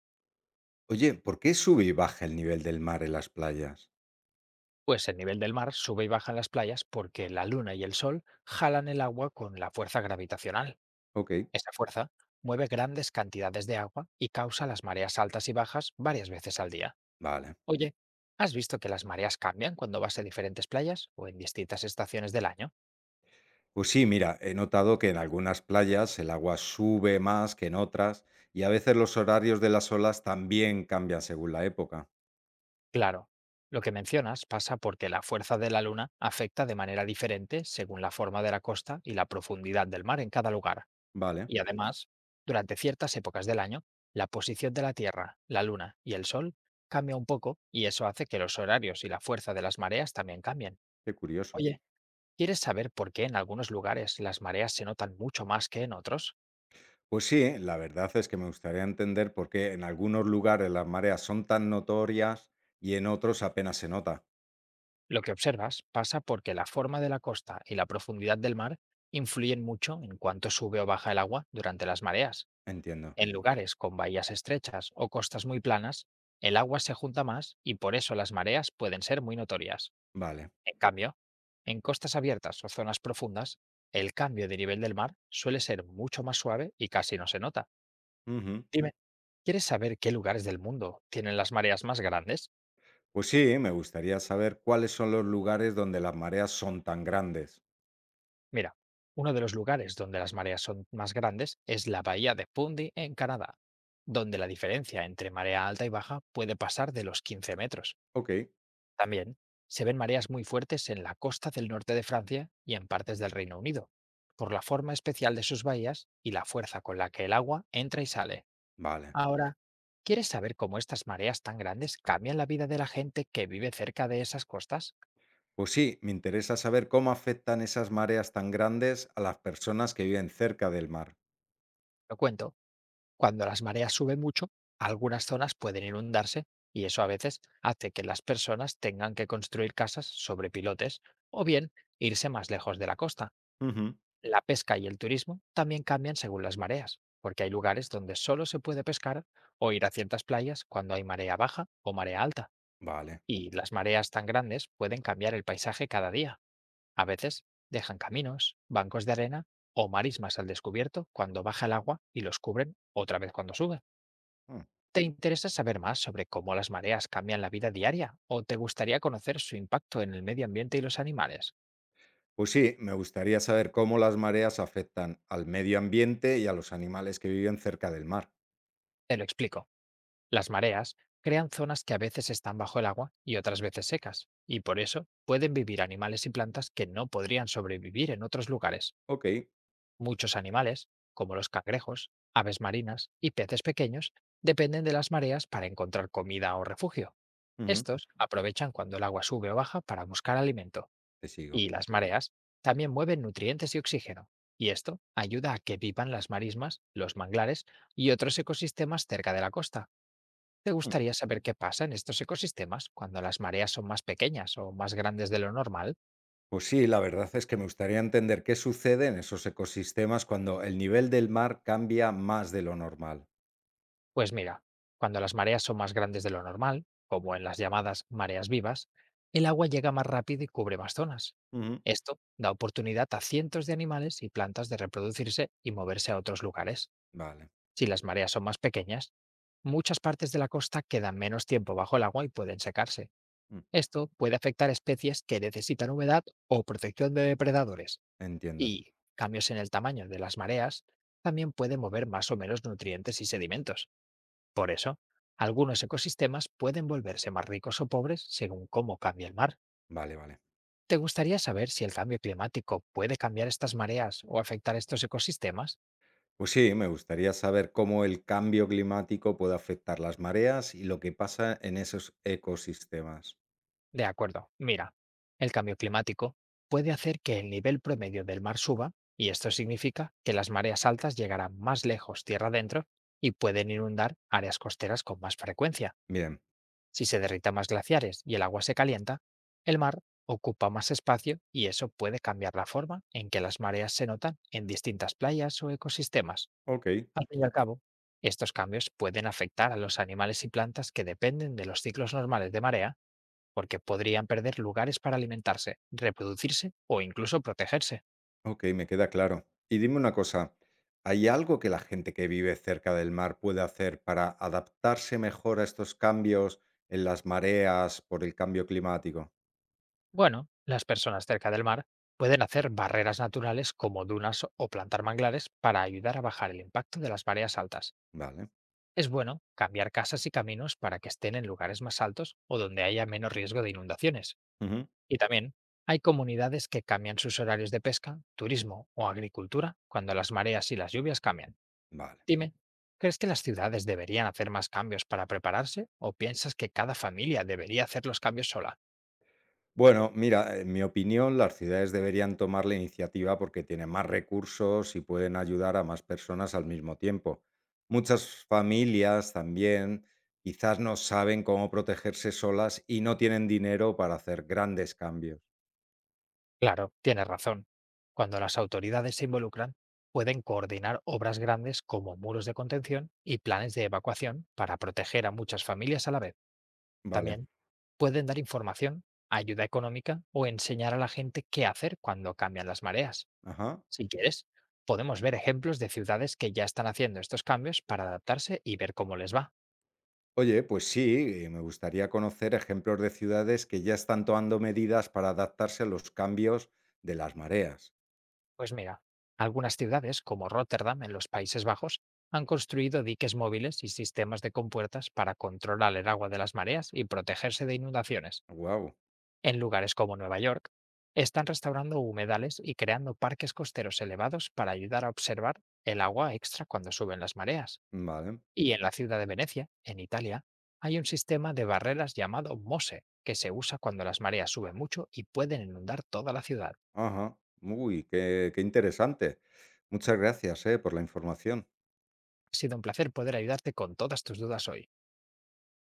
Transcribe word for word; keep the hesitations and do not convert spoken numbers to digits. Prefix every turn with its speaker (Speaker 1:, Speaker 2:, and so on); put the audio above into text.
Speaker 1: Oye, ¿por qué sube y baja el nivel del mar en las playas?
Speaker 2: Pues el nivel del mar sube y baja en las playas porque la luna y el sol jalan el agua con la fuerza gravitacional.
Speaker 1: Ok.
Speaker 2: Esa fuerza mueve grandes cantidades de agua y causa las mareas altas y bajas varias veces al día.
Speaker 1: Vale.
Speaker 2: Oye, ¿has visto que las mareas cambian cuando vas a diferentes playas o en distintas estaciones del año?
Speaker 1: Pues sí, mira, he notado que en algunas playas el agua sube más que en otras y a veces los horarios de las olas también cambian según la época.
Speaker 2: Claro, lo que mencionas pasa porque la fuerza de la luna afecta de manera diferente según la forma de la costa y la profundidad del mar en cada lugar.
Speaker 1: Vale,
Speaker 2: Y además, durante ciertas épocas del año, la posición de la Tierra, la Luna y el Sol cambia un poco y eso hace que los horarios y la fuerza de las mareas también cambien.
Speaker 1: qué curioso.
Speaker 2: Oye, ¿quieres saber por qué en algunos lugares las mareas se notan mucho más que en otros?
Speaker 1: Pues sí, la verdad es que me gustaría entender por qué en algunos lugares las mareas son tan notorias y en otros apenas se nota.
Speaker 2: Lo que observas pasa porque la forma de la costa y la profundidad del mar influyen mucho en cuánto sube o baja el agua durante las mareas.
Speaker 1: Entiendo.
Speaker 2: En lugares con bahías estrechas o costas muy planas, el agua se junta más y por eso las mareas pueden ser muy notorias.
Speaker 1: Vale.
Speaker 2: En cambio, en costas abiertas o zonas profundas, el cambio de nivel del mar suele ser mucho más suave y casi no se nota.
Speaker 1: Ujú.
Speaker 2: Dime, ¿quieres saber qué lugares del mundo tienen las mareas más grandes?
Speaker 1: Pues sí, me gustaría saber cuáles son los lugares donde las mareas son tan grandes.
Speaker 2: Mira, uno de los lugares donde las mareas son más grandes es la bahía de Fundy en Canadá, donde la diferencia entre marea alta y baja puede pasar de los quince metros.
Speaker 1: Ok,
Speaker 2: También se ven mareas muy fuertes en la costa del norte de Francia y en partes del Reino Unido, por la forma especial de sus bahías y la fuerza con la que el agua entra y sale.
Speaker 1: vale.
Speaker 2: Ahora, ¿quieres saber cómo estas mareas tan grandes cambian la vida de la gente que vive cerca de esas costas?
Speaker 1: Pues sí, me interesa saber cómo afectan esas mareas tan grandes a las personas que viven cerca del mar.
Speaker 2: Lo cuento, cuando las mareas suben mucho, algunas zonas pueden inundarse y eso a veces hace que las personas tengan que construir casas sobre pilotes o bien irse más lejos de la costa.
Speaker 1: Ujú.
Speaker 2: La pesca y el turismo también cambian según las mareas, porque hay lugares donde solo se puede pescar o ir a ciertas playas cuando hay marea baja o marea alta,
Speaker 1: Vale.
Speaker 2: y las mareas tan grandes pueden cambiar el paisaje cada día. A veces dejan caminos, bancos de arena o marismas al descubierto cuando baja el agua y los cubren otra vez cuando sube.
Speaker 1: Mm.
Speaker 2: ¿Te interesa saber más sobre cómo las mareas cambian la vida diaria o te gustaría conocer su impacto en el medio ambiente y los animales?
Speaker 1: Pues sí, me gustaría saber cómo las mareas afectan al medio ambiente y a los animales que viven cerca del mar.
Speaker 2: Te lo explico. Las mareas crean zonas que a veces están bajo el agua y otras veces secas, y por eso pueden vivir animales y plantas que no podrían sobrevivir en otros lugares.
Speaker 1: Ok,
Speaker 2: Muchos animales, como los cangrejos, aves marinas y peces pequeños, dependen de las mareas para encontrar comida o refugio.
Speaker 1: ujú,
Speaker 2: Estos aprovechan cuando el agua sube o baja para buscar alimento,
Speaker 1: te sigo.
Speaker 2: y las mareas también mueven nutrientes y oxígeno, y esto ayuda a que vivan las marismas, los manglares y otros ecosistemas cerca de la costa. ¿Te
Speaker 1: Mm.
Speaker 2: gustaría saber qué pasa en estos ecosistemas cuando las mareas son más pequeñas o más grandes de lo normal?
Speaker 1: Pues sí, la verdad es que me gustaría entender qué sucede en esos ecosistemas cuando el nivel del mar cambia más de lo normal.
Speaker 2: Pues mira, cuando las mareas son más grandes de lo normal, como en las llamadas mareas vivas, el agua llega más rápido y cubre más zonas.
Speaker 1: Ujú.
Speaker 2: Esto da oportunidad a cientos de animales y plantas de reproducirse y moverse a otros lugares.
Speaker 1: Vale,
Speaker 2: Si las mareas son más pequeñas, muchas partes de la costa quedan menos tiempo bajo el agua y pueden secarse.
Speaker 1: mm,
Speaker 2: Esto puede afectar especies que necesitan humedad o protección de depredadores.
Speaker 1: entiendo.
Speaker 2: Y cambios en el tamaño de las mareas también pueden mover más o menos nutrientes y sedimentos. Por eso, algunos ecosistemas pueden volverse más ricos o pobres según cómo cambie el mar.
Speaker 1: Vale, vale.
Speaker 2: ¿Te gustaría saber si el cambio climático puede cambiar estas mareas o afectar estos ecosistemas?
Speaker 1: Pues sí, me gustaría saber cómo el cambio climático puede afectar las mareas y lo que pasa en esos ecosistemas.
Speaker 2: De acuerdo, mira, el cambio climático puede hacer que el nivel promedio del mar suba y esto significa que las mareas altas llegarán más lejos tierra adentro y pueden inundar áreas costeras con más frecuencia.
Speaker 1: Bien,
Speaker 2: Si se derritan más glaciares y el agua se calienta, el mar ocupa más espacio y eso puede cambiar la forma en que las mareas se notan en distintas playas o ecosistemas.
Speaker 1: ok,
Speaker 2: Al fin y al cabo, estos cambios pueden afectar a los animales y plantas que dependen de los ciclos normales de marea porque podrían perder lugares para alimentarse, reproducirse o incluso protegerse.
Speaker 1: ok, me queda claro. Y dime una cosa, ¿hay algo que la gente que vive cerca del mar puede hacer para adaptarse mejor a estos cambios en las mareas por el cambio climático?
Speaker 2: Bueno, las personas cerca del mar pueden hacer barreras naturales como dunas o plantar manglares para ayudar a bajar el impacto de las mareas altas.
Speaker 1: Vale,
Speaker 2: Es bueno cambiar casas y caminos para que estén en lugares más altos o donde haya menos riesgo de inundaciones.
Speaker 1: ujú,
Speaker 2: Y también hay comunidades que cambian sus horarios de pesca, turismo o agricultura cuando las mareas y las lluvias cambian.
Speaker 1: vale.
Speaker 2: Dime, ¿crees que las ciudades deberían hacer más cambios para prepararse o piensas que cada familia debería hacer los cambios sola?
Speaker 1: Bueno, mira, en mi opinión, las ciudades deberían tomar la iniciativa porque tienen más recursos y pueden ayudar a más personas al mismo tiempo. Muchas familias también quizás no saben cómo protegerse solas y no tienen dinero para hacer grandes cambios.
Speaker 2: Claro, tienes razón. Cuando las autoridades se involucran, pueden coordinar obras grandes como muros de contención y planes de evacuación para proteger a muchas familias a la vez.
Speaker 1: Vale.
Speaker 2: También pueden dar información, ayuda económica o enseñar a la gente qué hacer cuando cambian las mareas.
Speaker 1: Ajá.
Speaker 2: Si quieres, podemos ver ejemplos de ciudades que ya están haciendo estos cambios para adaptarse y ver cómo les va.
Speaker 1: Oye, pues sí, eh, me gustaría conocer ejemplos de ciudades que ya están tomando medidas para adaptarse a los cambios de las mareas.
Speaker 2: Pues mira, algunas ciudades como Rotterdam en los Países Bajos han construido diques móviles y sistemas de compuertas para controlar el agua de las mareas y protegerse de inundaciones.
Speaker 1: Guau.
Speaker 2: En lugares como Nueva York, están restaurando humedales y creando parques costeros elevados para ayudar a observar el agua extra cuando suben las mareas.
Speaker 1: Vale.
Speaker 2: Y en la ciudad de Venecia, en Italia, hay un sistema de barreras llamado MOSE, que se usa cuando las mareas suben mucho y pueden inundar toda la ciudad.
Speaker 1: Ajá. Uy, qué, qué interesante. Muchas gracias, eh, por la información.
Speaker 2: Ha sido un placer poder ayudarte con todas tus dudas hoy.